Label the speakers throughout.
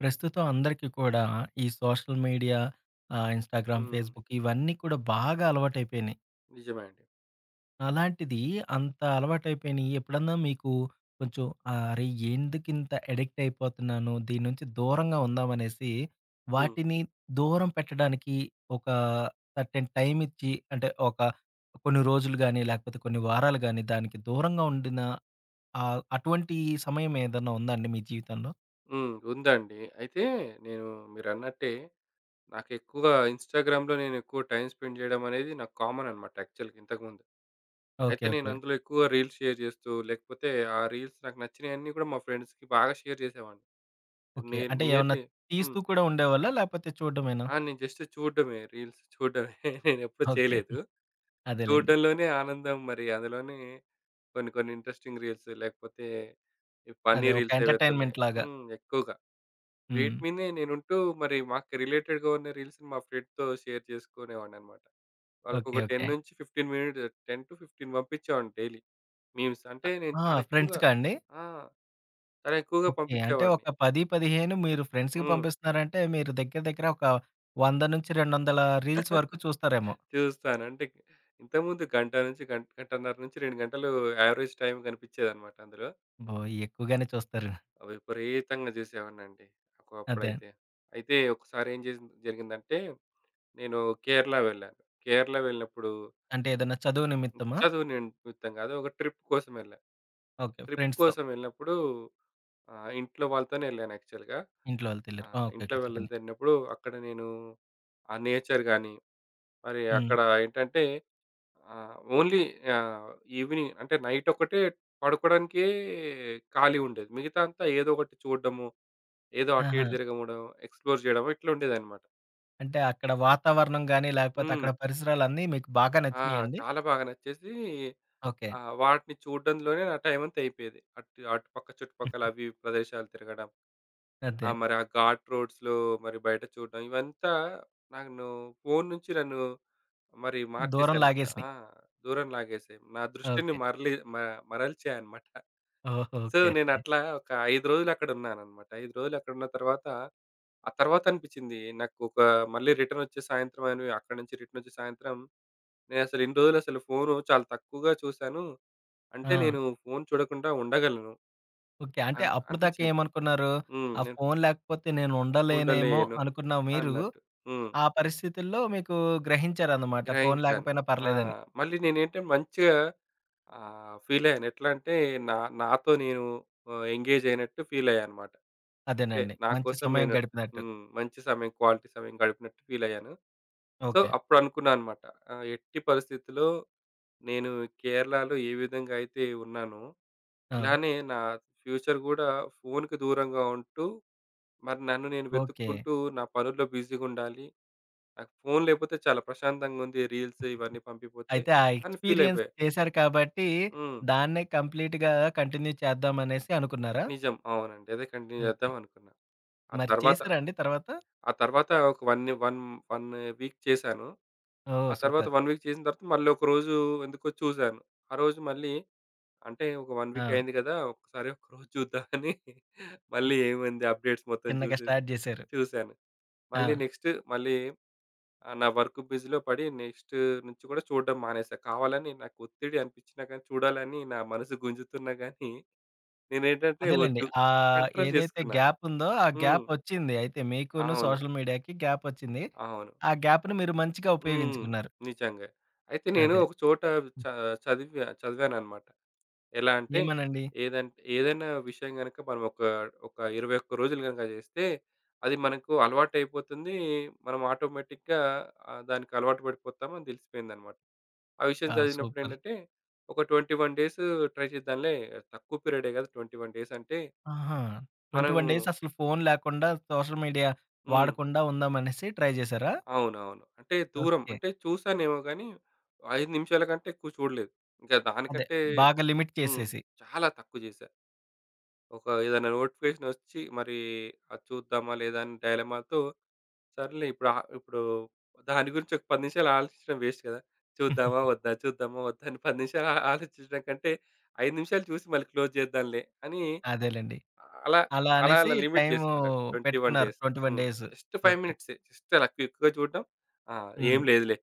Speaker 1: ప్రస్తుతం అందరికీ కూడా ఈ సోషల్ మీడియా, ఇన్‌స్టాగ్రామ్,
Speaker 2: హ్మ్.
Speaker 1: ఫేస్‌బుక్ ఇవన్నీ కూడా బాగా అలవాటైపోయినాయి.
Speaker 2: నిజమే అండి.
Speaker 1: అలాంటిది అంత అలవాటైపోయినియి ఎప్పుడన్నా మీకు కొంచెం అరే! ఎందుకింత అడిక్ట్ అయిపోతున్నాను? దీని నుంచి దూరంగా ఉందాం అనేసి
Speaker 2: హ్మ్.
Speaker 1: వాటిని దూరం పెట్టడానికి ఒక సర్టెన్ టైమ్ ఇచ్చి అంటే ఒక కొన్ని రోజులు గాని, లేకపోతే కొన్ని వారాలు గాని దానికి దూరంగా ఉండిన అటువంటి సమయం ఏదన్నా ఉందా అండి మీ జీవితంలో?
Speaker 2: హ్మ్. ఉందండి. అయితే నేను మీరన్నట్టే నాకెక్కువగా ఇన్‌స్టాగ్రామ్‌లో నేనెక్కువ టైమ్ స్పెండ్ జేయడం అనేది నాకు కామన్ అన్నమాట యాక్చువల్‌గా ఇంతకుముందు. అయితే
Speaker 1: ఓకే. ఓకే.
Speaker 2: నేనందులో ఎక్కువ రీల్స్ షేర్ జేస్తూ, లేకపోతే ఆ రీల్స్ నాకు నచ్చినయన్నీ గూడా మా ఫ్రెండ్స్‌కి బాగా షేర్ జేసేవాడిని.
Speaker 1: ఓకే.
Speaker 2: నే
Speaker 1: అంటే ఏమన్నా
Speaker 2: నియర్లీ హ్మ్.
Speaker 1: తీస్తూ కూడా ఉండేవాళ్ళా? లేపోతే చూడడమేనా?
Speaker 2: ఆ! నేను జస్ట్ చూడడమే రీల్స్ చూడడమే. నేనెప్పుడు
Speaker 1: ఓకే.
Speaker 2: చేయలేదు.
Speaker 1: హ్మ్. అదేలెండి.
Speaker 2: చూడడంలోనే ఆనందం మరి అందులోనే కొన్ని కొన్ని ఇంట్రెస్టింగ్ రీల్స్ లేకపోతే ఈ ఫన్నీ
Speaker 1: అదే ఒక
Speaker 2: రీల్స్ ఏవైతే ఉన్నాయో
Speaker 1: ఎంటర్‌టైన్‌మెంట్ లాగా.
Speaker 2: హ్మ్, ఎక్కువగా. వీటి
Speaker 1: హ్మ్.
Speaker 2: మీదనే నేనుంటూ మరి మాకు రిలేటెడ్‌గా ఉన్న రీల్స్‌ని మా ఫ్రెండ్‌తో షేర్ చేసుకునేవాడినన్నమాట.
Speaker 1: ఓకే.
Speaker 2: వాళ్ళకొక 10
Speaker 1: ఓకే.
Speaker 2: నుంచి 15 మినిట్స్ 10-15 పంపించేవాడిని డైలీ మీమ్స్.
Speaker 1: ఆ!
Speaker 2: అంటే నేను
Speaker 1: ఆ!
Speaker 2: చాలా ఎక్కువగా
Speaker 1: ఫ్రెండ్స్‌కా అండి?
Speaker 2: ఆ! చాలా ఎక్కువగా
Speaker 1: ఓకే. అంటే
Speaker 2: పంపించేవాడిని.
Speaker 1: ఒక 10, 15 మీరు ఫ్రెండ్స్‌కి
Speaker 2: హ్మ్.
Speaker 1: పంపిస్తున్నారంటే మీరు దగ్గర దగ్గర ఒక 100-200 రీల్స్ వరకు చూస్తారేమో!
Speaker 2: చూస్తాను. అంటే ఇంతకుముందు గంట నుంచి గంటన్నర నుంచి 2 గంటలు యావరేజ్ టైమ్ కనిపించేదన్నమాట అందులో.
Speaker 1: అబ్బో! ఎక్కువగానే చూస్తారు.
Speaker 2: అవి విపరీతంగా చూసేవాడినండి
Speaker 1: అదే.
Speaker 2: ఒకప్పుడైతే. అయితే ఒకసారి ఏం చేసింది జరిగిందంటే నేను కేరళ వెళ్ళాను. కేరళ వెళ్ళినప్పుడు
Speaker 1: అంటే ఏదన్నా చదువు నిమిత్తమా?
Speaker 2: చదువు నిమిత్తంగా. అది ఒక ట్రిప్ కోసం వెళ్ళా.
Speaker 1: ఓకే.
Speaker 2: ట్రిప్
Speaker 1: ఫ్రెండ్స్‌తో.
Speaker 2: కోసం వెళ్ళినప్పుడు ఇంట్లో వాళ్ళతోనే వెళ్ళాను యాక్చువల్‌గా.
Speaker 1: ఇంట్లో వాళ్ళతో
Speaker 2: ఆ!
Speaker 1: ఎళ్లారు. ఆ! ఓకే.
Speaker 2: ఇంట్లో
Speaker 1: ఓకే. చెప్పండి.
Speaker 2: వాళ్ళతో వెళ్ళినప్పుడు అక్కడ నేను ఆ నేచర్ గాని, మరి
Speaker 1: హ్మ్.
Speaker 2: అక్కడ ఏంటంటే ఓన్లీ ఆహ్, ఈవినింగ్ అంటే నైట్ ఒకటే పడుకోవడానికే ఖాళీ ఉండేది. మిగతా అంతా ఏదో ఒకటి చూడడము, ఏదో అటు
Speaker 1: ఆహా!
Speaker 2: ఇటు తిరగడం, ఎక్స్‌ప్లోర్ చేయడము ఇట్లా ఉండేదన్నమాట.
Speaker 1: అంటే అక్కడ వాతావరణం గాని, లేకపోతే
Speaker 2: హ్మ్.
Speaker 1: అక్కడ పరిసరాలన్నీ మీకు బాగా
Speaker 2: ఆ!
Speaker 1: నచ్చినియండి?
Speaker 2: చాలా బాగా నచ్చేసి
Speaker 1: ఓకే.
Speaker 2: ఆ! వాటిని చూడడంలోనే నా టైమంతా అయిపోయేది. అటుపక్క, చుట్టుపక్కల అవి ప్రదేశాలు తిరగడం. ఆ!
Speaker 1: అదే.
Speaker 2: మరి ఆ ఘాట్ రోడ్స్‌లో మరి బయట చూడడం. ఇవంతా నన్ను ఫోను నుంచి నన్ను మరి
Speaker 1: దూరం
Speaker 2: మార్చేసాయన్నమాట.
Speaker 1: లాగేసినియి.
Speaker 2: ఆ! దూరం లాగేసాయి. నా దృష్టిని
Speaker 1: ఓకే.
Speaker 2: మరలి మ మరల్చాయన్నమాట.
Speaker 1: ఓహో!
Speaker 2: So,
Speaker 1: okay. ఓకే.
Speaker 2: నేనట్లా ఒక 5 రోజులు అక్కడున్నానన్నమాట. 5 రోజులు అక్కడున్న తర్వాత, ఆ తర్వాత అనిపిచ్చింది నాకు ఒక మళ్ళీ రిటర్నొచ్చే సాయంత్రం అని అక్కడి నుంచి రిటర్నొచ్చే సాయంత్రం నేనసలు ఇన్ని రోజులసలు ఫోను చాలా తక్కువగా చూసాను. అంటే
Speaker 1: ఆ!
Speaker 2: నేను ఫోను చూడకుండా ఉండగలను
Speaker 1: ఓకే. అంటే అప్పటిదాకా
Speaker 2: అనిపిచ్చింది.
Speaker 1: ఏమనుకున్నారు?
Speaker 2: హ్మ్.
Speaker 1: ఆ
Speaker 2: నేను
Speaker 1: ఫోను లేకపోతే నేను ఉండలేనేమో
Speaker 2: ఉండలేను
Speaker 1: అనుకున్న మీరు,
Speaker 2: అన్నట్టు. హ్మ్.
Speaker 1: ఆ పరిస్థితుల్లో మీకు గ్రహించారన్నమాట. ఫోను
Speaker 2: గ్రహించాను.
Speaker 1: లేకపోయినా
Speaker 2: ఆ!
Speaker 1: పర్లేదని.
Speaker 2: మళ్ళీ నేనేంటే మంచిగా ఫీలయ్యాను. ఎట్లా అంటే నా నాతో నేను ఎంగేజ్ అయినట్టు ఫీలయ్యానన్నమాట. అంటే
Speaker 1: అదేనండి.
Speaker 2: నా
Speaker 1: మంచి
Speaker 2: కోసం
Speaker 1: సమయం
Speaker 2: నేను
Speaker 1: గడిపినట్టు.
Speaker 2: హ్మ్, మంచి సమయం, క్వాలిటీ సమయం గడిపినట్టు ఫీలయ్యాను. So,
Speaker 1: okay.
Speaker 2: అప్పుడనుకున్నా అన్నమాట. ఎట్టి పరిస్థితిలో నేను కేరళలో ఏ విధంగా అయితే ఉన్నానో,
Speaker 1: ఆ!
Speaker 2: ఇలానే నా ఫ్యూచర్ గూడా ఫోనుకి దూరంగా ఉంటూ మరి నన్ను నేను
Speaker 1: ఓకే.
Speaker 2: వెతుక్కుంటూ నా పనుల్లో బిజీగుండాలి. నాకు ఫోను లేపోతే చాలా ప్రశాంతంగుంది. రీల్స్ ఇవన్నీ పంపిపోతే
Speaker 1: అయితే ఆ
Speaker 2: అని
Speaker 1: ఎక్స్‌పీరియన్స్
Speaker 2: ఫీలయిపోయా.
Speaker 1: చేశారు కాబట్టి,
Speaker 2: హ్మ్.
Speaker 1: దాన్నే కంప్లీట్‌గా కంటిన్యూ చేద్దామనేసి అనుకున్నారా?
Speaker 2: నిజం. అవునండి. అదే కంటిన్యూ
Speaker 1: ఓకే.
Speaker 2: చేద్దామనుకున్నా. ఆ
Speaker 1: మరి
Speaker 2: తర్వాత
Speaker 1: చేశారా అండి తర్వాత?
Speaker 2: ఆ తర్వాత ఒక వన్ వన్ వన్ వీక్ చేశాను.
Speaker 1: ఓహ్!
Speaker 2: ఆ తర్వాత
Speaker 1: సూపర్.
Speaker 2: 1 వీక్ చేసిన తర్వాత మళ్ళీ ఒక రోజు ఎందుకో చూసాను. ఆ రోజు మళ్ళీ అంటే ఒక 1
Speaker 1: ఆ!
Speaker 2: వీక్ అయింది కదా! ఒకసారి ఒకరోజు చూద్దాం అని మళ్ళీ ఏముంది అప్‌డేట్స్ మొత్తం
Speaker 1: చిన్నగా
Speaker 2: చూసేసి
Speaker 1: స్టార్ట్ జేశారు.
Speaker 2: చూసాను.
Speaker 1: ఆ!
Speaker 2: మళ్ళీ నెక్స్ట్ మళ్ళీ ఆ! నా వర్క్ బిజీలో పడి నెక్స్ట్ నుంచి కూడా చూడడం మానేసా. కావాలని నాకు ఒత్తిడి అనిపించినా గానీ, చూడాలని నా మనసు గుంజుతున్నా గానీ, నేనేంటంటే
Speaker 1: అదేలెండి.
Speaker 2: వద్దు కంట్రోల్
Speaker 1: ఏదైతే
Speaker 2: చేసుకున్నా.
Speaker 1: గ్యాప్ ఉందో, ఆ
Speaker 2: హ్మ్.
Speaker 1: గ్యాప్ ఒచ్చింది. అయితే మీకును
Speaker 2: అవును.
Speaker 1: సోషల్ మీడియాకి గ్యాప్ ఒచ్చింది.
Speaker 2: అవును.
Speaker 1: ఆ గ్యాప్‌ని మీరు మంచిగా
Speaker 2: హ్మ్.
Speaker 1: ఉపయోగించుకున్నారు.
Speaker 2: నిజంగా. అయితే నేను
Speaker 1: అదే.
Speaker 2: ఒక చోట చ చదివా చదివానన్నమాట. ఎలా అంటే
Speaker 1: ఏమనండి?
Speaker 2: ఏదంటే ఏదైనా విషయం గనుక మనం ఒక 21 రోజులు గనుక చేస్తే అది మనకు అలవాటయిపోతుంది. మనం ఆటోమేటిక్‌గా దానికి అలవాటు పడిపోతామని తెలిసిపోయిందన్నమాట. ఆ విషయం
Speaker 1: ఆ! సూపర్.
Speaker 2: చదివినప్పుడేంటంటే, ఒక 21 డేస్ ట్రై చేద్దాంలే. తక్కువ పీరియడే కదా! 21 డేస్ అంటే
Speaker 1: ఆహా!
Speaker 2: మనం
Speaker 1: 21 డేస్ అసలు ఫోను లేకుండా, సోషల్ మీడియా
Speaker 2: హ్మ్.
Speaker 1: వాడకుండా ఉందామనేసి ట్రై జేశారా?
Speaker 2: అవునవును. అంటే దూరం
Speaker 1: ఓకే.
Speaker 2: అంటే చూసానేమో గానీ, 5 నిమిషాల కంటే ఎక్కువ చూడలేదు. ఇంకా
Speaker 1: అదే.
Speaker 2: దానికంటే
Speaker 1: బాగా లిమిట్
Speaker 2: హ్మ్,
Speaker 1: చేసేసి.
Speaker 2: చాలా తక్కువ చేశా. ఒక ఏదైనా నోటిఫికేషన్ వచ్చి మరి అది చూద్దామా లేదా అని డైలమాతో సర్లే ఇప్పుడు దాని గురించి ఒక 10 నిమిషాలు ఆలోచించడం వేస్ట్ కదా! చూద్దామా వద్దా? చూద్దామా వద్దా? అని 10 నిమిషాలు ఆ ఆలోచించడం కంటే 5 నిమిషాలు చూసి మళ్ళీ క్లోజ్ చేద్దాంలే అని
Speaker 1: అదేలెండి.
Speaker 2: అలా
Speaker 1: అలా
Speaker 2: అలా
Speaker 1: అనేసి
Speaker 2: అలా లిమిట్
Speaker 1: టైము
Speaker 2: చేసుకున్నాడు. 21
Speaker 1: పెట్టుకున్నారు
Speaker 2: డేస్.
Speaker 1: 21
Speaker 2: హ్మ్.
Speaker 1: డేస్.
Speaker 2: Just 5
Speaker 1: okay.
Speaker 2: మినిట్సే. జస్ట్ అలా క్విక్‌గా చూడడం. ఆ! ఏం
Speaker 1: హ్మ్.
Speaker 2: లేదులే.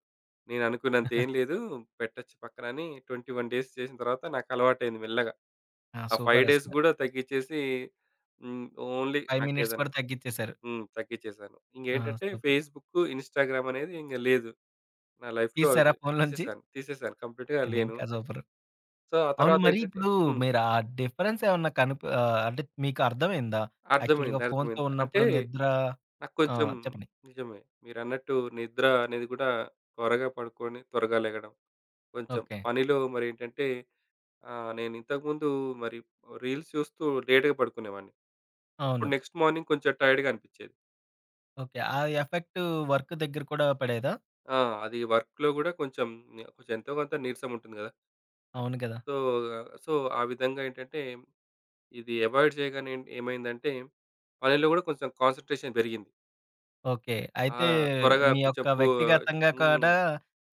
Speaker 2: నేను అనుకున్నంత ఏం లేదు. పెట్టొచ్చు పక్కన అని 21 డేస్ చేసిన తర్వాత నాకు అలవాటయింది మెల్లగా.
Speaker 1: ఆ!
Speaker 2: ఆ 5 డేస్
Speaker 1: సూపరసల.
Speaker 2: గూడా తగ్గిచ్చేసి హ్మ్. ఓన్లీ
Speaker 1: 5 మినిట్స్
Speaker 2: నాకేదన్నా
Speaker 1: కూడా తగ్గిచ్చేశారు.
Speaker 2: హ్మ్. తగ్గిచ్చేసాను.
Speaker 1: ఆ!
Speaker 2: ఇంకేంటంటే
Speaker 1: సూపర్.
Speaker 2: ఫేస్‌బుక్, ఇన్‌స్టాగ్రామ్ అనేది ఇంక లేదు. నా లైఫ్‌లో
Speaker 1: తీసేసారా
Speaker 2: అది
Speaker 1: ఫోనులోంచి?
Speaker 2: తీసేసాను. కంప్లీట్‌గా లేను.
Speaker 1: ఇదింకా సూపరు.
Speaker 2: సో, ఆ
Speaker 1: అవును మరి
Speaker 2: తర్వాతేంటంటే
Speaker 1: ఇప్పుడు
Speaker 2: హ్మ్.
Speaker 1: మీరు ఆ డిఫరెన్స్ ఏమన్నా కనుప అంటే మీకు అర్థమైందా? యాక్చువల్‌గా
Speaker 2: అర్థమైంది.
Speaker 1: ఫోన్‌తో
Speaker 2: అంటే
Speaker 1: ఉన్నప్పుడు నిద్ర
Speaker 2: నాకు
Speaker 1: ఆ!
Speaker 2: కొంచెం
Speaker 1: చెప్పండి.
Speaker 2: నిజమే. మీరన్నట్టు నిద్ర అనేది గూడా త్వరగా పడుకొని, త్వరగా లెగడం. కొంచెం
Speaker 1: ఓకే.
Speaker 2: పనిలో మరేంటంటే నేనింతకుముందు మరి రీల్స్ చూస్తూ లేట్‌గా పడుకునేవాడిని. అప్పుడు
Speaker 1: అవును.
Speaker 2: నెక్స్ట్ మార్నింగ్ కొంచెం టైర్డ్‌గా అనిపిచ్చేది.
Speaker 1: ఓకే. ఆ ఎఫెక్టు వర్క్ దగ్గర కూడా పడేదా?
Speaker 2: ఆ! అది వర్క్‌లో గూడా కొంచెం కొంచెం ఎంతో కొంత నీరసం ఉంటుంది గదా!
Speaker 1: అవును కదా!
Speaker 2: సో, సో, ఆ విధంగా ఏంటంటే ఇది అవాయిడ్ చేయగానే ఏమైందంటే పనిలో గూడా కొంచెం కాన్సంట్రేషన్ పెరిగింది.
Speaker 1: ఓకే.
Speaker 2: ఆ!
Speaker 1: అయితే
Speaker 2: త్వరగా
Speaker 1: మీ
Speaker 2: కొంచెం
Speaker 1: యొక్క
Speaker 2: పూ
Speaker 1: వ్యక్తిగతంగా
Speaker 2: హ్మ్.
Speaker 1: కూడా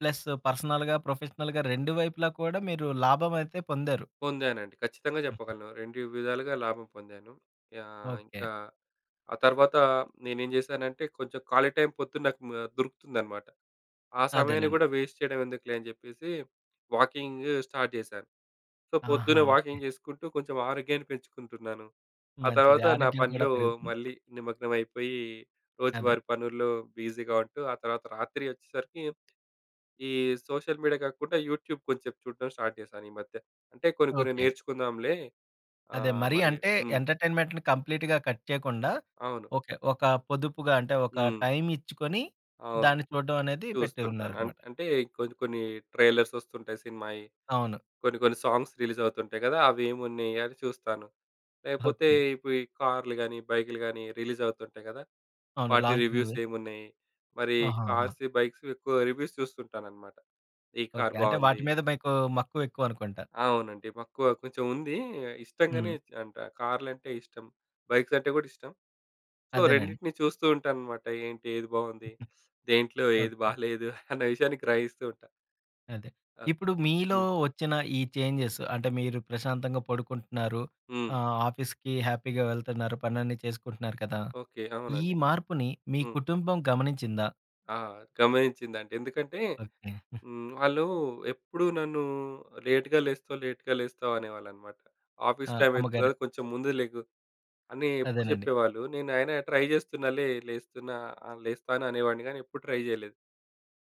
Speaker 1: ప్లస్ పర్సనల్‌గా, ప్రొఫెషనల్‌గా 2 వైపులా కూడా మీరు లాభం అయితే పొందారు.
Speaker 2: పొందానండి. ఖచ్చితంగా
Speaker 1: హ్మ్.
Speaker 2: చెప్పగలను. 2 విధాలుగా లాభం పొందాను. యాహ్!
Speaker 1: ఓకే.
Speaker 2: ఇంకా ఆ తర్వాత నేనేం జేశానంటే కొంచెం ఖాళీ టైం పొద్దున్న నాకు మ దొరుకుతుందనమాట. ఆ సమయాన్ని
Speaker 1: అదేనండి.
Speaker 2: గూడా వేస్ట్ చేయడం ఎందుకులే అని జెప్పేసి వాకింగ్ స్టార్ట్ జేశాను. సో,
Speaker 1: ఆహా!
Speaker 2: పొద్దున
Speaker 1: ఓకే.
Speaker 2: వాకింగ్ జేసుకుంటూ కొంచెం ఆరోగ్యాన్ని పెంచుకుంటున్నాను. ఆ
Speaker 1: మంచిది.
Speaker 2: తర్వాత నా
Speaker 1: ఆరోగ్యం కూడా
Speaker 2: పనిలో
Speaker 1: పెరుగుతుంది.
Speaker 2: మళ్ళీ నిమగ్నమైపోయి
Speaker 1: అదే.
Speaker 2: రోజువారీ పనుల్లో బిజీగా ఉంటూ ఆ తర్వాత రాత్రి ఒచ్చేసరికి ఈ సోషల్ మీడియా కాకుండా యూట్యూబ్ కొంచెం చూడడం స్టార్ట్ జేశాను ఈ మధ్య. అంటే కొన్ని కొన్ని
Speaker 1: ఓకే.
Speaker 2: నేర్చుకుందాంలే. ఆ!
Speaker 1: అదే. మరీ
Speaker 2: మరి
Speaker 1: అంటే
Speaker 2: హ్మ్.
Speaker 1: ఎంటర్‌టైన్‌మెంట్‌ని కంప్లీట్‌గా కట్ చేయకుండా,
Speaker 2: అవును.
Speaker 1: ఓకే. ఒక పొదుపుగా అంటే ఒక
Speaker 2: హ్మ్.
Speaker 1: టైమ్ ఇచ్చుకొని,
Speaker 2: అవును.
Speaker 1: దాన్ని చూడడం అనేది పెట్టి
Speaker 2: చూస్తుంటాను.
Speaker 1: ఉన్నారనమాట.
Speaker 2: అంటే కొన్ని కొన్ని ట్రైలర్స్ వస్తుంటాయి సినిమాయి.
Speaker 1: అవును.
Speaker 2: కొన్ని కొన్ని సాంగ్స్ రిలీజ్ అవుతుంటాయి కదా! అవి ఏమున్నాయి అని చూస్తాను. లేకపోతే
Speaker 1: ఓకే.
Speaker 2: ఇప్పుడు ఈ కార్లు గాని, బైకులు గాని రిలీజ్ అవుతుంటాయి కదా!
Speaker 1: అవును.
Speaker 2: వాటి రివ్యూస్
Speaker 1: లాంచింగ్‌వి.
Speaker 2: ఏమున్నాయి? మరి
Speaker 1: ఆహాహా!
Speaker 2: కార్స్, బైక్స్ ఎక్కువ రివ్యూస్ చూస్తుంటానన్నమాట. ఈ
Speaker 1: ఓకే.
Speaker 2: కార్
Speaker 1: అంటే వాటి
Speaker 2: బావుంది.
Speaker 1: మీద మీకు మక్కువ ఎక్కువనుకుంటా.
Speaker 2: అవునండి. మక్కువ కొంచెం ఉంది. ఇష్టంగానే
Speaker 1: హ్మ్.
Speaker 2: అంట కార్లంటే ఇష్టం. బైక్స్ అంటే కూడా ఇష్టం. సో,
Speaker 1: అదేనండి.
Speaker 2: రెండిటిని చూస్తూ ఉంటానన్నమాట. ఏంటి ఏది బావుంది? దేంట్లో ఏది
Speaker 1: ఓకే.
Speaker 2: బాలేదు? అన్న విషయాన్ని గ్రహిస్తూ ఉంటా.
Speaker 1: అదే. ఇప్పుడు
Speaker 2: ఓకే.
Speaker 1: మీలో
Speaker 2: హ్మ్.
Speaker 1: వచ్చిన ఈ చేంజెస్ అంటే మీరు ప్రశాంతంగా పడుకుంటున్నారు.
Speaker 2: హ్మ్.
Speaker 1: ఆఫీస్‌కి హ్యాపీగా వెళ్తున్నారు. పనన్నీ చేసుకుంటున్నారు కదా!
Speaker 2: ఓకే.
Speaker 1: ఈ
Speaker 2: అవునండి.
Speaker 1: మార్పుని మీ
Speaker 2: హ్మ్.
Speaker 1: కుటుంబం గమనించిందా?
Speaker 2: ఆ! గమనించిందండి. ఎందుకంటే
Speaker 1: ఓకే.
Speaker 2: హ్మ్, వాళ్ళు ఎప్పుడు నన్ను లేట్‌గా లేస్తావు, లేట్‌గా లేస్తావు అనేవాళ్ళన్నమాట.
Speaker 1: ఆ!
Speaker 2: ఆఫీస్ టైమ్ అయితుంది
Speaker 1: అమ్మగారు.
Speaker 2: కదా! కొంచెం ముందు లెగు అని ఎప్పుడు
Speaker 1: అదేనండి.
Speaker 2: చెప్పేవాళ్ళు. నేను అయినా ట్రై చేస్తున్నాలే లేస్తున్నా లేస్తాను అనేవాడిని గానీ ఎప్పుడు ట్రై చేయలేదు.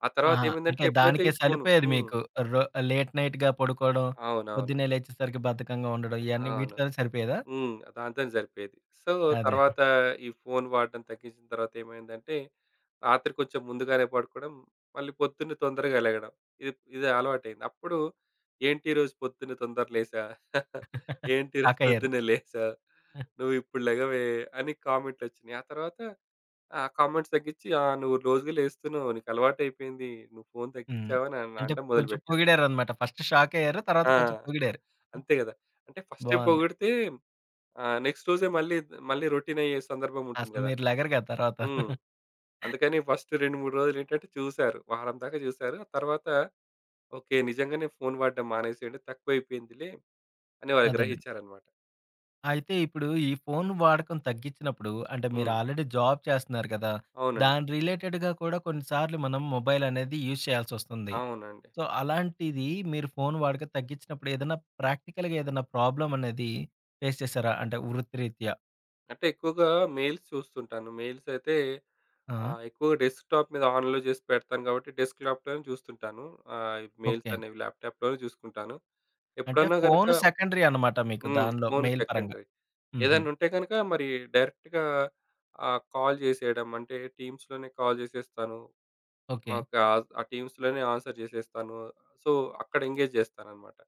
Speaker 2: ఆ
Speaker 1: ఆహా!
Speaker 2: తర్వాతేమైందంటే
Speaker 1: అంటే
Speaker 2: ఎప్పుడైతే
Speaker 1: దానికే
Speaker 2: ఈ ఫోను
Speaker 1: సలిపోయేది
Speaker 2: హ్మ్.
Speaker 1: మీకు. రొ లేట్ నైట్‌గా పడుకోవడం,
Speaker 2: అవునవును.
Speaker 1: పొద్దున్నే లేచేసరికి బద్ధకంగా ఉండడం ఇయన్నీ
Speaker 2: అవును,
Speaker 1: వీటితోనే సరిపోయేదా?
Speaker 2: హ్మ్, దాంతోనే సరిపోయేది. సో,
Speaker 1: అదే.
Speaker 2: తర్వాత ఈ ఫోను వాడడం తగ్గించిన తర్వాత ఏమైందంటే, రాత్రి కొంచెం ముందుగానే పడుకోవడం, మళ్ళీ పొద్దున్న తొందరగా లెగడం. ఇది ఇది అలవాటయింది. అప్పుడు ఏంటి ఈరోజు పొద్దున్న తొందర లేసా? ఏంటి ఈరోజు
Speaker 1: షాక్ అయ్యారు.
Speaker 2: పొద్దున్నే లేసా? నువ్విప్పుడు లెగవే అని కామెంట్‌లొచ్చినియి. ఆ తర్వాత ఆ కామెంట్స్ తగ్గించి, "ఆ! నువ్వు రోజుగా లేస్తున్నావు. నీకలవాటయిపోయింది. నువ్వు ఫోను
Speaker 1: హ్మ్.
Speaker 2: తగ్గించావు" అని
Speaker 1: అంటే
Speaker 2: అనడం
Speaker 1: కొంచెం
Speaker 2: మొదలుపెట్టారు.
Speaker 1: పొగిడారనమాట. ఫస్ట్ షాక్ అయ్యారు. తర్వాత
Speaker 2: ఆ!
Speaker 1: కొంచెం పొగిడారు.
Speaker 2: అంతే గదా! అంటే ఫస్టే
Speaker 1: బావుంది.
Speaker 2: పొగిడితే ఆ! నెక్స్ట్ రోజే మళ్ళీ, మళ్ళీ రొటీనయ్యే సందర్భం ఉంటుంది
Speaker 1: అసలు
Speaker 2: గదా!
Speaker 1: మీరు లెగరు కదా తర్వాత.
Speaker 2: హ్మ్. అందుకని ఫస్ట్ 2, 3 రోజులేంటంటే చూసారు. వారం దాకా చూసారు. ఆ తర్వాత ఓకే. నిజంగానే ఫోను వాడడం మానేసేయండి. తక్కువైపోయిందిలే అని వాళ్ళు
Speaker 1: అదేనండి.
Speaker 2: గ్రహించారనమాట.
Speaker 1: అయితే ఇప్పుడు ఈ ఫోన్ వాడకం తగ్గించినప్పుడు అంటే మీరు
Speaker 2: హ్మ్.
Speaker 1: ఆల్రెడీ జాబ్ చేస్తున్నారు కదా!
Speaker 2: అవునండి.
Speaker 1: దాని రిలేటెడ్‌గా కూడా కొన్నిసార్లు మనం మొబైల్ అనేది యూజ్ చేయాల్సొస్తుంది.
Speaker 2: అవునండి.
Speaker 1: సో, అలాంటిది మీరు ఫోన్ వాడకం తగ్గించినప్పుడు ఏదైనా ప్రాక్టికల్‌గా ఏదైనా ప్రాబ్లమ్ అనేది ఫేస్ చేసారా? అంటే వృత్తిరీత్యా.
Speaker 2: అంటే ఎక్కువగా మెయిల్స్ చూస్తుంటాను. మెయిల్స్ అయితే
Speaker 1: ఆ!
Speaker 2: ఎక్కువగా డెస్క్‌టాప్ మీద ఆన్‌లో జేసి పెడతాను కాబట్టి డెస్క్ ల్యాప్‌టాప్‌లోనే చూస్తుంటాను. Mails
Speaker 1: okay.
Speaker 2: అనేవి ల్యాప్‌టాప్‌లోనే చూసుకుంటాను.
Speaker 1: అంటే
Speaker 2: ఎప్పుడన్నా గనక
Speaker 1: ఫోన్ సెకండరీ అన్నమాట మీకు
Speaker 2: హ్మ్.
Speaker 1: దానిలో
Speaker 2: ఫోన్
Speaker 1: మెయిల్ పరంగా.
Speaker 2: సెకండరీ.
Speaker 1: హుహు.
Speaker 2: ఏదైనా ఉంటే గనుక మరి డైరెక్ట్‌గా కాల్ చేసేయడం. అంటే టీమ్స్‌లోనే కాల్ చేసేస్తాను.
Speaker 1: ఓకే.
Speaker 2: మాకు ఆ టీమ్స్‌లోనే ఆన్సర్ చేసేస్తాను. సో, అక్కడ ఎంగేజ్ చేస్తాననమాట.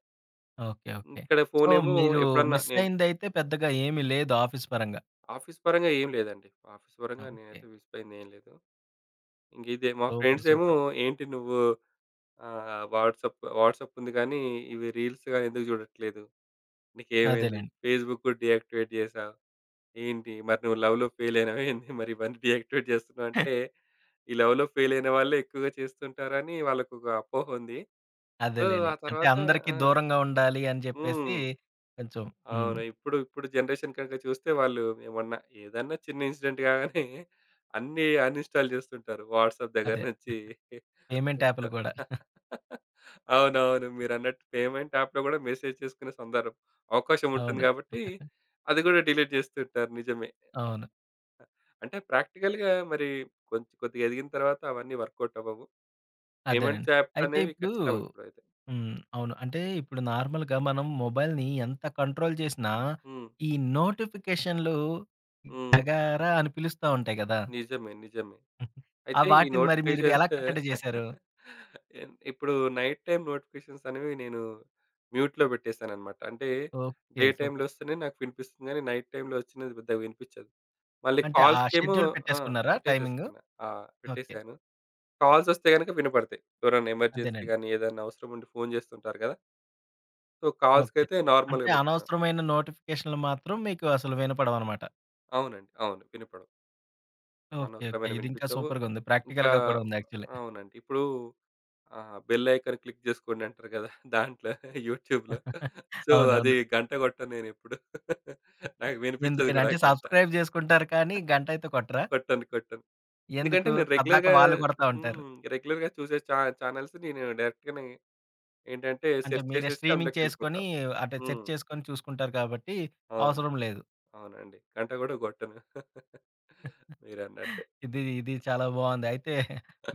Speaker 1: ఓకే. ఓకే.
Speaker 2: ఇక్కడ
Speaker 1: సో,
Speaker 2: ఫోనేమో
Speaker 1: మీరు
Speaker 2: ఎప్పుడన్నా
Speaker 1: మిస్
Speaker 2: నేను
Speaker 1: అయిందైతే పెద్దగా ఏమీ లేదు ఆఫీస్ పరంగా.
Speaker 2: ఆఫీస్ పరంగా ఏం లేదండి. ఆఫీస్ పరంగా
Speaker 1: ఓకే.
Speaker 2: నేనైతే విసిపోయింది ఏం లేదు. ఇంక ఇదే మా
Speaker 1: సూపర్.
Speaker 2: ఫ్రెండ్సేమో
Speaker 1: సూపర్.
Speaker 2: ఏంటి నువ్వు వాట్సాప్ వాట్సాప్ ఉంది గానీ, ఇవి రీల్స్ గాని ఎందుకు చూడట్లేదు? నీకేమైంది?
Speaker 1: అదేలెండి.
Speaker 2: ఫేస్‌బుక్ కూడా డీయాక్టివేట్ చేసావు. ఏంటి మరి నువ్వు లవ్‌లో ఫెయిల్ అయినావా ఏంది? మరి ఇవన్నీ డీయాక్టివేట్ చేస్తున్నావు అంటే, ఈ లవ్‌లో ఫెయిల్ అయిన వాళ్ళే ఎక్కువగా చేస్తుంటారని వాళ్ళకొక అపోహ ఉంది. సో,
Speaker 1: అదేలెండి.
Speaker 2: ఆ
Speaker 1: అంటే
Speaker 2: తర్వాత
Speaker 1: అందరికీ
Speaker 2: ఆ!
Speaker 1: దూరంగా ఉండాలి అని జెప్పేసి
Speaker 2: హ్మ్.
Speaker 1: కొంచెం హ్మ్.
Speaker 2: అవును. ఇప్పుడు ఇప్పుడు జనరేషన్ కనుక చూస్తే వాళ్ళు ఏదన్నా చిన్న ఇన్సిడెంట్ కాగానే అన్నీ అన్‌ఇన్‌స్టాల్ చేస్తుంటారు. వాట్సాప్ దగ్గర
Speaker 1: అదే
Speaker 2: నుంచి
Speaker 1: పేమెంట్ యాపులు
Speaker 2: మొత్తం.
Speaker 1: గూడా.
Speaker 2: అవునవును. మీరన్నట్టు పేమెంట్ యాప్‌లో కూడా మెసేజ్ చేసుకునే అవకాశం ఉంటుంది
Speaker 1: అవును.
Speaker 2: కాబట్టి, అది కూడా డిలీట్ చేస్తుంటారు నిజమే.
Speaker 1: అవును.
Speaker 2: అంటే ప్రాక్టికల్‌గా మరి కొంచెం కొద్దిగా ఎదిగిన తర్వాత అవన్నీ వర్కౌట్ అవ్వవు.
Speaker 1: అదేనండి.
Speaker 2: పేమెంట్స్ యాప్స్
Speaker 1: అయితే
Speaker 2: అనేవి
Speaker 1: ఇప్పుడు
Speaker 2: ఖచ్చితం ఇప్పుడైతే.
Speaker 1: హ్మ్. అవును. అంటే ఇప్పుడు నార్మల్‌గా మనం మొబైల్‌ని ఎంత కంట్రోల్ చేసినా
Speaker 2: హ్మ్.
Speaker 1: ఈ నోటిఫికేషన్‌లు
Speaker 2: హ్మ్.
Speaker 1: గగారా అని పిలుస్తా ఉంటాయి గదా!
Speaker 2: నిజమే. నిజమే.
Speaker 1: ఆ
Speaker 2: అయితే ఈ
Speaker 1: వాటిని మరి మీరు ఎలా
Speaker 2: నోటిఫికేషన్స్
Speaker 1: కట్టడి చేశారు?
Speaker 2: ఎన్ ఇప్పుడు నైట్ టైమ్ నోటిఫికేషన్స్ అనేవి నేను మ్యూట్‌లో పెట్టేసాననమాట. అంటే
Speaker 1: ఓకే.
Speaker 2: డే టైమ్‌లో
Speaker 1: సూపర్.
Speaker 2: వస్తేనే నాకు వినిపిస్తుంది గానీ, నైట్ టైమ్‌లో వచ్చినది పెద్దగా వినిపించదు. మళ్ళీ
Speaker 1: అంటే ఆ
Speaker 2: కాల్స్‌కేమో
Speaker 1: షెడ్యూల్
Speaker 2: ఆ!
Speaker 1: పెట్టేసుకున్నారా టైమింగు?
Speaker 2: పెట్టేసేసుకున్నా. ఆ!
Speaker 1: ఓకే.
Speaker 2: పెట్టేసాను. కాల్స్ వస్తే గనుక వినపడతాయి. ఎవరైనా ఎమర్జెన్సీ
Speaker 1: అదేనండి.
Speaker 2: గాని, ఏదైనా అవసరం ఉండి ఫోను చేస్తుంటారు కదా! So,
Speaker 1: okay.
Speaker 2: కాల్స్‌కైతే నార్మల్‌గా
Speaker 1: అంటే
Speaker 2: పెట్టుకున్నా.
Speaker 1: అనవసరమైన నోటిఫికేషన్‌లు మాత్రం మీకు అసలు వినపడవనమాట.
Speaker 2: అవునండి. అవును. వినపడవు.
Speaker 1: ఓకే. ఓకే.
Speaker 2: అనవసరమైనవి
Speaker 1: ఇది ఇంకా
Speaker 2: వినిపించవు.
Speaker 1: సూపర్‌గుంది.
Speaker 2: ఇంకా
Speaker 1: ప్రాక్టికల్‌గా కూడా ఉంది యాక్చువల్లీ.
Speaker 2: అవునండి. ఇప్పుడు బెల్ ఐకాన్ క్లిక్ చేసుకోండి అంటారు కదా! దాంట్లో యూట్యూబ్‌లో. సో, అది
Speaker 1: అవునవును.
Speaker 2: గంట కొట్టను నేనెప్పుడు. నాకు వినిపించదు
Speaker 1: ఎందుకని
Speaker 2: కూడా
Speaker 1: అంటే
Speaker 2: ఆ గంట.
Speaker 1: సబ్‌స్క్రైబ్ చేసుకుంటారు కానీ గంట అయితే కొట్టరా?
Speaker 2: కొట్టను. ఎందుకంటే
Speaker 1: ఎందుకు?
Speaker 2: నేను
Speaker 1: పద్దాక
Speaker 2: రెగ్యులర్‌గా
Speaker 1: వాళ్ళు కొడతా ఉంటారు.
Speaker 2: హ్మ్. రెగ్యులర్‌గా చూసే చానెల్స్ నేను డైరెక్ట్‌గానే ఏంటంటే
Speaker 1: అంటే
Speaker 2: సెర్చ్
Speaker 1: మీరే
Speaker 2: చేసేసి
Speaker 1: స్ట్రీమింగ్
Speaker 2: అందులోకెళ్ళిపోతా.
Speaker 1: చేసుకొని అంటే సెట్
Speaker 2: హ్మ్.
Speaker 1: చేసుకొని చూసుకుంటారు కాబట్టి
Speaker 2: అవును.
Speaker 1: అవసరం లేదు.
Speaker 2: అవునండి. గంట కూడా కొట్టను. మీరన్నట్టే.
Speaker 1: ఇది ఇది చాలా బావుంది. అయితే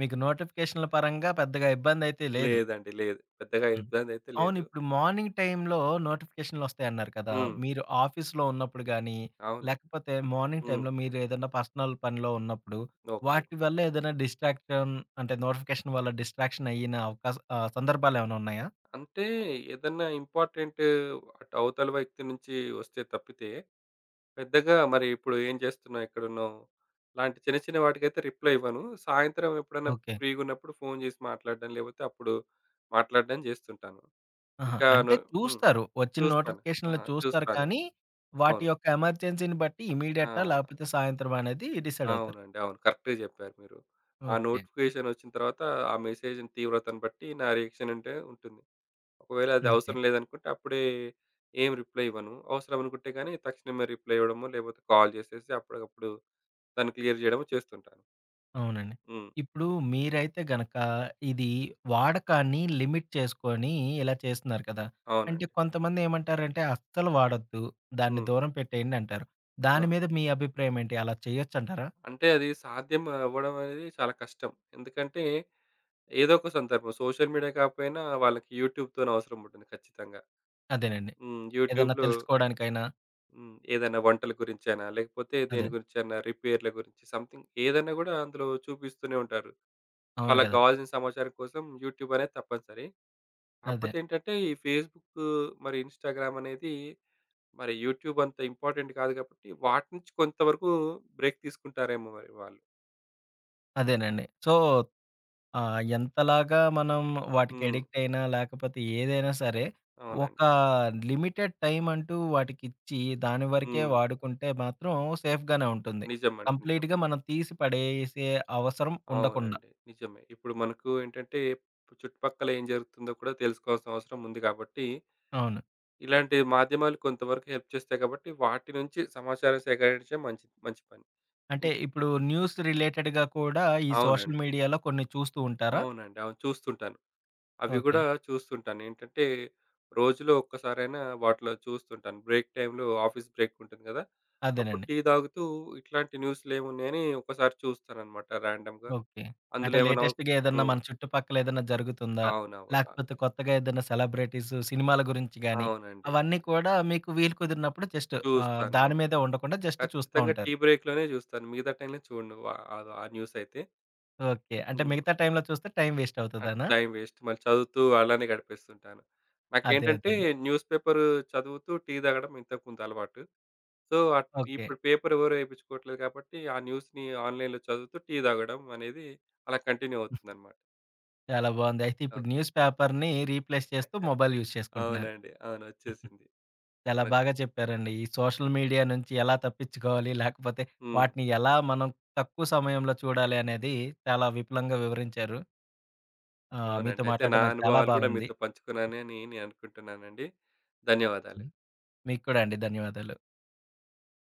Speaker 1: మీకు నోటిఫికేషన్‌ల పరంగా పెద్దగా ఇబ్బందైతే లేదు.
Speaker 2: లేదండి. పెద్దగా
Speaker 1: హ్మ్.
Speaker 2: ఇబ్బందైతే
Speaker 1: అవును.
Speaker 2: లేదు.
Speaker 1: ఇప్పుడు మార్నింగ్ టైమ్‌లో నోటిఫికేషన్‌లొస్తాయన్నారు కదా!
Speaker 2: హ్మ్.
Speaker 1: మీరు ఆఫీస్‌లో ఉన్నప్పుడు గానీ,
Speaker 2: అవును.
Speaker 1: లేకపోతే మార్నింగ్
Speaker 2: హ్మ్.
Speaker 1: టైమ్‌లో మీరేదన్నా పర్సనల్ పనిలో ఉన్నప్పుడు,
Speaker 2: ఓకే.
Speaker 1: వాటి వల్ల ఏదైనా డిస్ట్రాక్షన్ అంటే నోటిఫికేషన్ వల్ల డిస్ట్రాక్షన్ అయ్యిన అవకాశ సందర్భాలేమైనా ఉన్నాయా?
Speaker 2: అంటే ఏదన్నా ఇంపార్టెంట్ అటు అవతల వ్యక్తి నుంచి వస్తే తప్పితే, పెద్దగా మరి ఇప్పుడు ఏం చేస్తున్నావు? ఎక్కడున్నావు? ఇలాంటి చిన్న చిన్న వాటికైతే రిప్లై ఇవ్వను. సాయంత్రం ఎప్పుడన్నా
Speaker 1: ఓకే.
Speaker 2: ఫ్రీగున్నప్పుడు ఫోను చేసి మాట్లాడడం, లేకపోతే అప్పుడు మాట్లాడడం చేస్తుంటాను.
Speaker 1: ఆహా!
Speaker 2: ఇంకా ను
Speaker 1: అంటే
Speaker 2: హ్మ్.
Speaker 1: చూస్తారు. వచ్చిన
Speaker 2: చూస్తాను. ఆ!
Speaker 1: నోటిఫికేషన్‌లు చూస్తారు
Speaker 2: చూస్తాను.
Speaker 1: కానీ, వాటి
Speaker 2: అవును.
Speaker 1: యొక్క ఎమర్జెన్సీని బట్టి ఇమ్మీడియేటా?
Speaker 2: ఆ!
Speaker 1: లేకపోతే సాయంత్రమా అనేది డిసైడవుతారు.
Speaker 2: అవునండి. అవును. కరెక్ట్‌గా జెప్పారు మీరు. ఆ
Speaker 1: ఓకే.
Speaker 2: నోటిఫికేషన్ వచ్చిన తర్వాత ఆ మెసేజ్‌ని తీవ్రతను బట్టి నా రియాక్షన్ అంటే ఉంటుంది. ఒకవేళ అది
Speaker 1: ఓకే.
Speaker 2: అవసరం లేదనుకుంటే అప్పుడే ఏం రిప్లై ఇవ్వను. అవసరం అనుకుంటే గాని తక్షణమే రిప్లై ఇవ్వడమో, లేకపోతే కాల్ జేసేసి అప్పటికప్పుడు దాన్ని క్లియర్ జేయడమో చేస్తుంటాను.
Speaker 1: అవునండి.
Speaker 2: హ్మ్.
Speaker 1: ఇప్పుడు మీరైతే గనక ఇది వాడకాన్ని లిమిట్ చేసుకొని ఇలా చేస్తున్నారు కదా! అంటే
Speaker 2: అవునండి.
Speaker 1: కొంతమందేమంటారంటే అస్సలు వాడొద్దు. దాన్ని
Speaker 2: హ్మ్.
Speaker 1: దూరం పెట్టేయండి అంటారు.
Speaker 2: ఆ!
Speaker 1: దాని మీద మీ అభిప్రాయం ఏంటి? అలా చేయొచ్చంటారా?
Speaker 2: అంటే అది సాధ్యం అవ్వడం అనేది చాలా కష్టం. ఎందుకంటే ఏదో ఒక సందర్భం సోషల్ మీడియా కాకపోయినా వాళ్ళకి యూట్యూబ్‌తోని అవసరం ఉంటుంది ఖచ్చితంగా.
Speaker 1: అదేనండి.
Speaker 2: హ్మ్.
Speaker 1: ఏదన్నా
Speaker 2: యూట్యూబ్‌లో
Speaker 1: తెలుసుకోవడానికైనా
Speaker 2: హ్మ్. ఏదైనా వంటల గురించైనా, లేకపోతే
Speaker 1: అదే.
Speaker 2: దేని గురించైనా రిపేర్‌ల గురించి సంథింగ్ ఏదైనా గూడా అందులో చూపిస్తూనే ఉంటారు.
Speaker 1: అవును
Speaker 2: వాళ్ళకి
Speaker 1: గదా!
Speaker 2: గావాల్సిన సమాచారం కోసం యూట్యూబ్ అనేది తప్పనిసరి.
Speaker 1: అదే.
Speaker 2: కాకపోతే ఏంటంటే, ఈ ఫేస్‌బుక్ మరి ఇన్‌స్టాగ్రామ్ అనేది మరి యూట్యూబ్ అంత ఇంపార్టెంట్ కాదు కాబట్టి, వాటి నుంచి కొంతవరకు బ్రేక్ తీసుకుంటారేమో మరి వాళ్ళు.
Speaker 1: అదేనండి. సో ఆ! ఎంతలాగా మనం వాటికి
Speaker 2: హ్మ్.
Speaker 1: అడిక్ట్ అయినా, లేకపోతే ఏదైనా సరే, ఒక
Speaker 2: అవునండి.
Speaker 1: లిమిటెడ్ టైమ్ అంటూ వాటికిచ్చి, దాని వరకే
Speaker 2: హ్మ్.
Speaker 1: వాడుకుంటే మాత్రం సేఫ్‌గానే ఉంటుంది.
Speaker 2: నిజమండి. నిజం.
Speaker 1: కంప్లీట్‌గా మనం తీసి పడేసే అవసరం ఉండకుండా.
Speaker 2: అవునండి. నిజమే. ఇప్పుడు మనకు ఏంటంటే, చుట్టుపక్కల ఏం జరుగుతుందో కూడా తెలుసుకోవాల్సిన అవసరం ఉంది కాబట్టి
Speaker 1: అవును.
Speaker 2: ఇలాంటి మాధ్యమాలు కొంతవరకు హెల్ప్ చేస్తాయి కాబట్టి వాటి నుంచి సమాచారం సేకరించడం మంచి మంచి పని.
Speaker 1: అంటే
Speaker 2: హ్మ్.
Speaker 1: ఇప్పుడు న్యూస్ రిలేటెడ్‌గా కూడా ఈ సోషల్
Speaker 2: అవునండి.
Speaker 1: మీడియాలో కొన్ని చూస్తూ ఉంటారా?
Speaker 2: అవునండి. అవును. చూస్తుంటాను. అవి
Speaker 1: ఓకే.
Speaker 2: గూడా చూస్తుంటాను. ఏంటంటే రోజులో ఒక్కసారైనా వాటిలో చూస్తుంటాను. బ్రేక్ టైమ్‌లో ఆఫీస్ బ్రేక్ ఉంటుంది గదా! అప్పుడు
Speaker 1: అదేనండి.
Speaker 2: టీ తాగుతూ ఇట్లాంటి న్యూస్‌లేమున్నాయని ఒకసారి చూస్తానన్నమాట ర్యాండమ్‌గా.
Speaker 1: ఓకే. అంటే
Speaker 2: అందులో ఏమన్నా
Speaker 1: లేటెస్ట్‌గా ఏదన్నా
Speaker 2: హ్మ్.
Speaker 1: మన చుట్టుపక్కల ఏదన్నా జరుగుతుందా?
Speaker 2: అవునవును.
Speaker 1: లేకపోతే కొత్తగా ఏదైనా సెలబ్రిటీస్ సినిమాల గురించి గాని,
Speaker 2: అవునండి.
Speaker 1: అవన్నీ కూడా మీకు వీలు కుదిరినప్పుడు జస్ట్
Speaker 2: చూస్తాను.
Speaker 1: దాని
Speaker 2: అవును.
Speaker 1: మీదే ఉండకుండా జస్ట్ చూస్తా
Speaker 2: ఖచ్చితంగా టీ
Speaker 1: ఉంటారు.
Speaker 2: బ్రేక్‌లోనే చూస్తాను. మిగతా టైమ్‌లో చూడను. ఆ ఆ న్యూసయితే.
Speaker 1: ఓకే. అంటే
Speaker 2: హ్మ్.
Speaker 1: మిగతా టైమ్‌లో చూస్తే టైమ్ వేస్ట్
Speaker 2: అది
Speaker 1: అవుతదనా?
Speaker 2: Time waste. మళ్ళీ చదువుతూ అలానే గడిపేస్తుంటాను.
Speaker 1: అదే అదే
Speaker 2: నాకేంటంటే
Speaker 1: అండి.
Speaker 2: న్యూస్ పేపర్ చదువుతూ టీ తాగడం ఇంతకుముందు అలవాటు. So,
Speaker 1: okay.
Speaker 2: ఇప్పుడు పేపర్ ఎవరు ఏపించుకోవట్లేదు కాబట్టి ఆ న్యూస్‌ని ఆన్‌లైన్‌లో చదువుతూ టీ తాగడం అనేది అలా కంటిన్యూ అవుతుందన్నమాట.
Speaker 1: చాలా బాగుంది. అయితే ఇప్పుడు
Speaker 2: ఓకే.
Speaker 1: న్యూస్ పేపర్‌ని రీప్లేస్ చేస్తూ మొబైల్ యూజ్ చేసుకుంటున్నారు.
Speaker 2: అవునండి. అవును. వచ్చేసింది.
Speaker 1: చాలా
Speaker 2: నాకు
Speaker 1: బాగా చెప్పారండి. ఈ సోషల్ మీడియా నుంచి ఎలా తప్పించుకోవాలి? లేకపోతే
Speaker 2: హ్మ్.
Speaker 1: వాటిని ఎలా మనం తక్కువ సమయంలో చూడాలి అనేది చాలా విపులంగా వివరించారు.
Speaker 2: అవునండి.
Speaker 1: మీతో
Speaker 2: అయితే నా
Speaker 1: మాట్లాడడం నాకు చాలా
Speaker 2: అనుభవాలు కూడా
Speaker 1: బాగుంది.
Speaker 2: మీతో పంచుకున్నానని నేను అనుకుంటున్నానండి. ధన్యవాదాలు.
Speaker 1: మీకు కూడా అండి. ధన్యవాదాలు.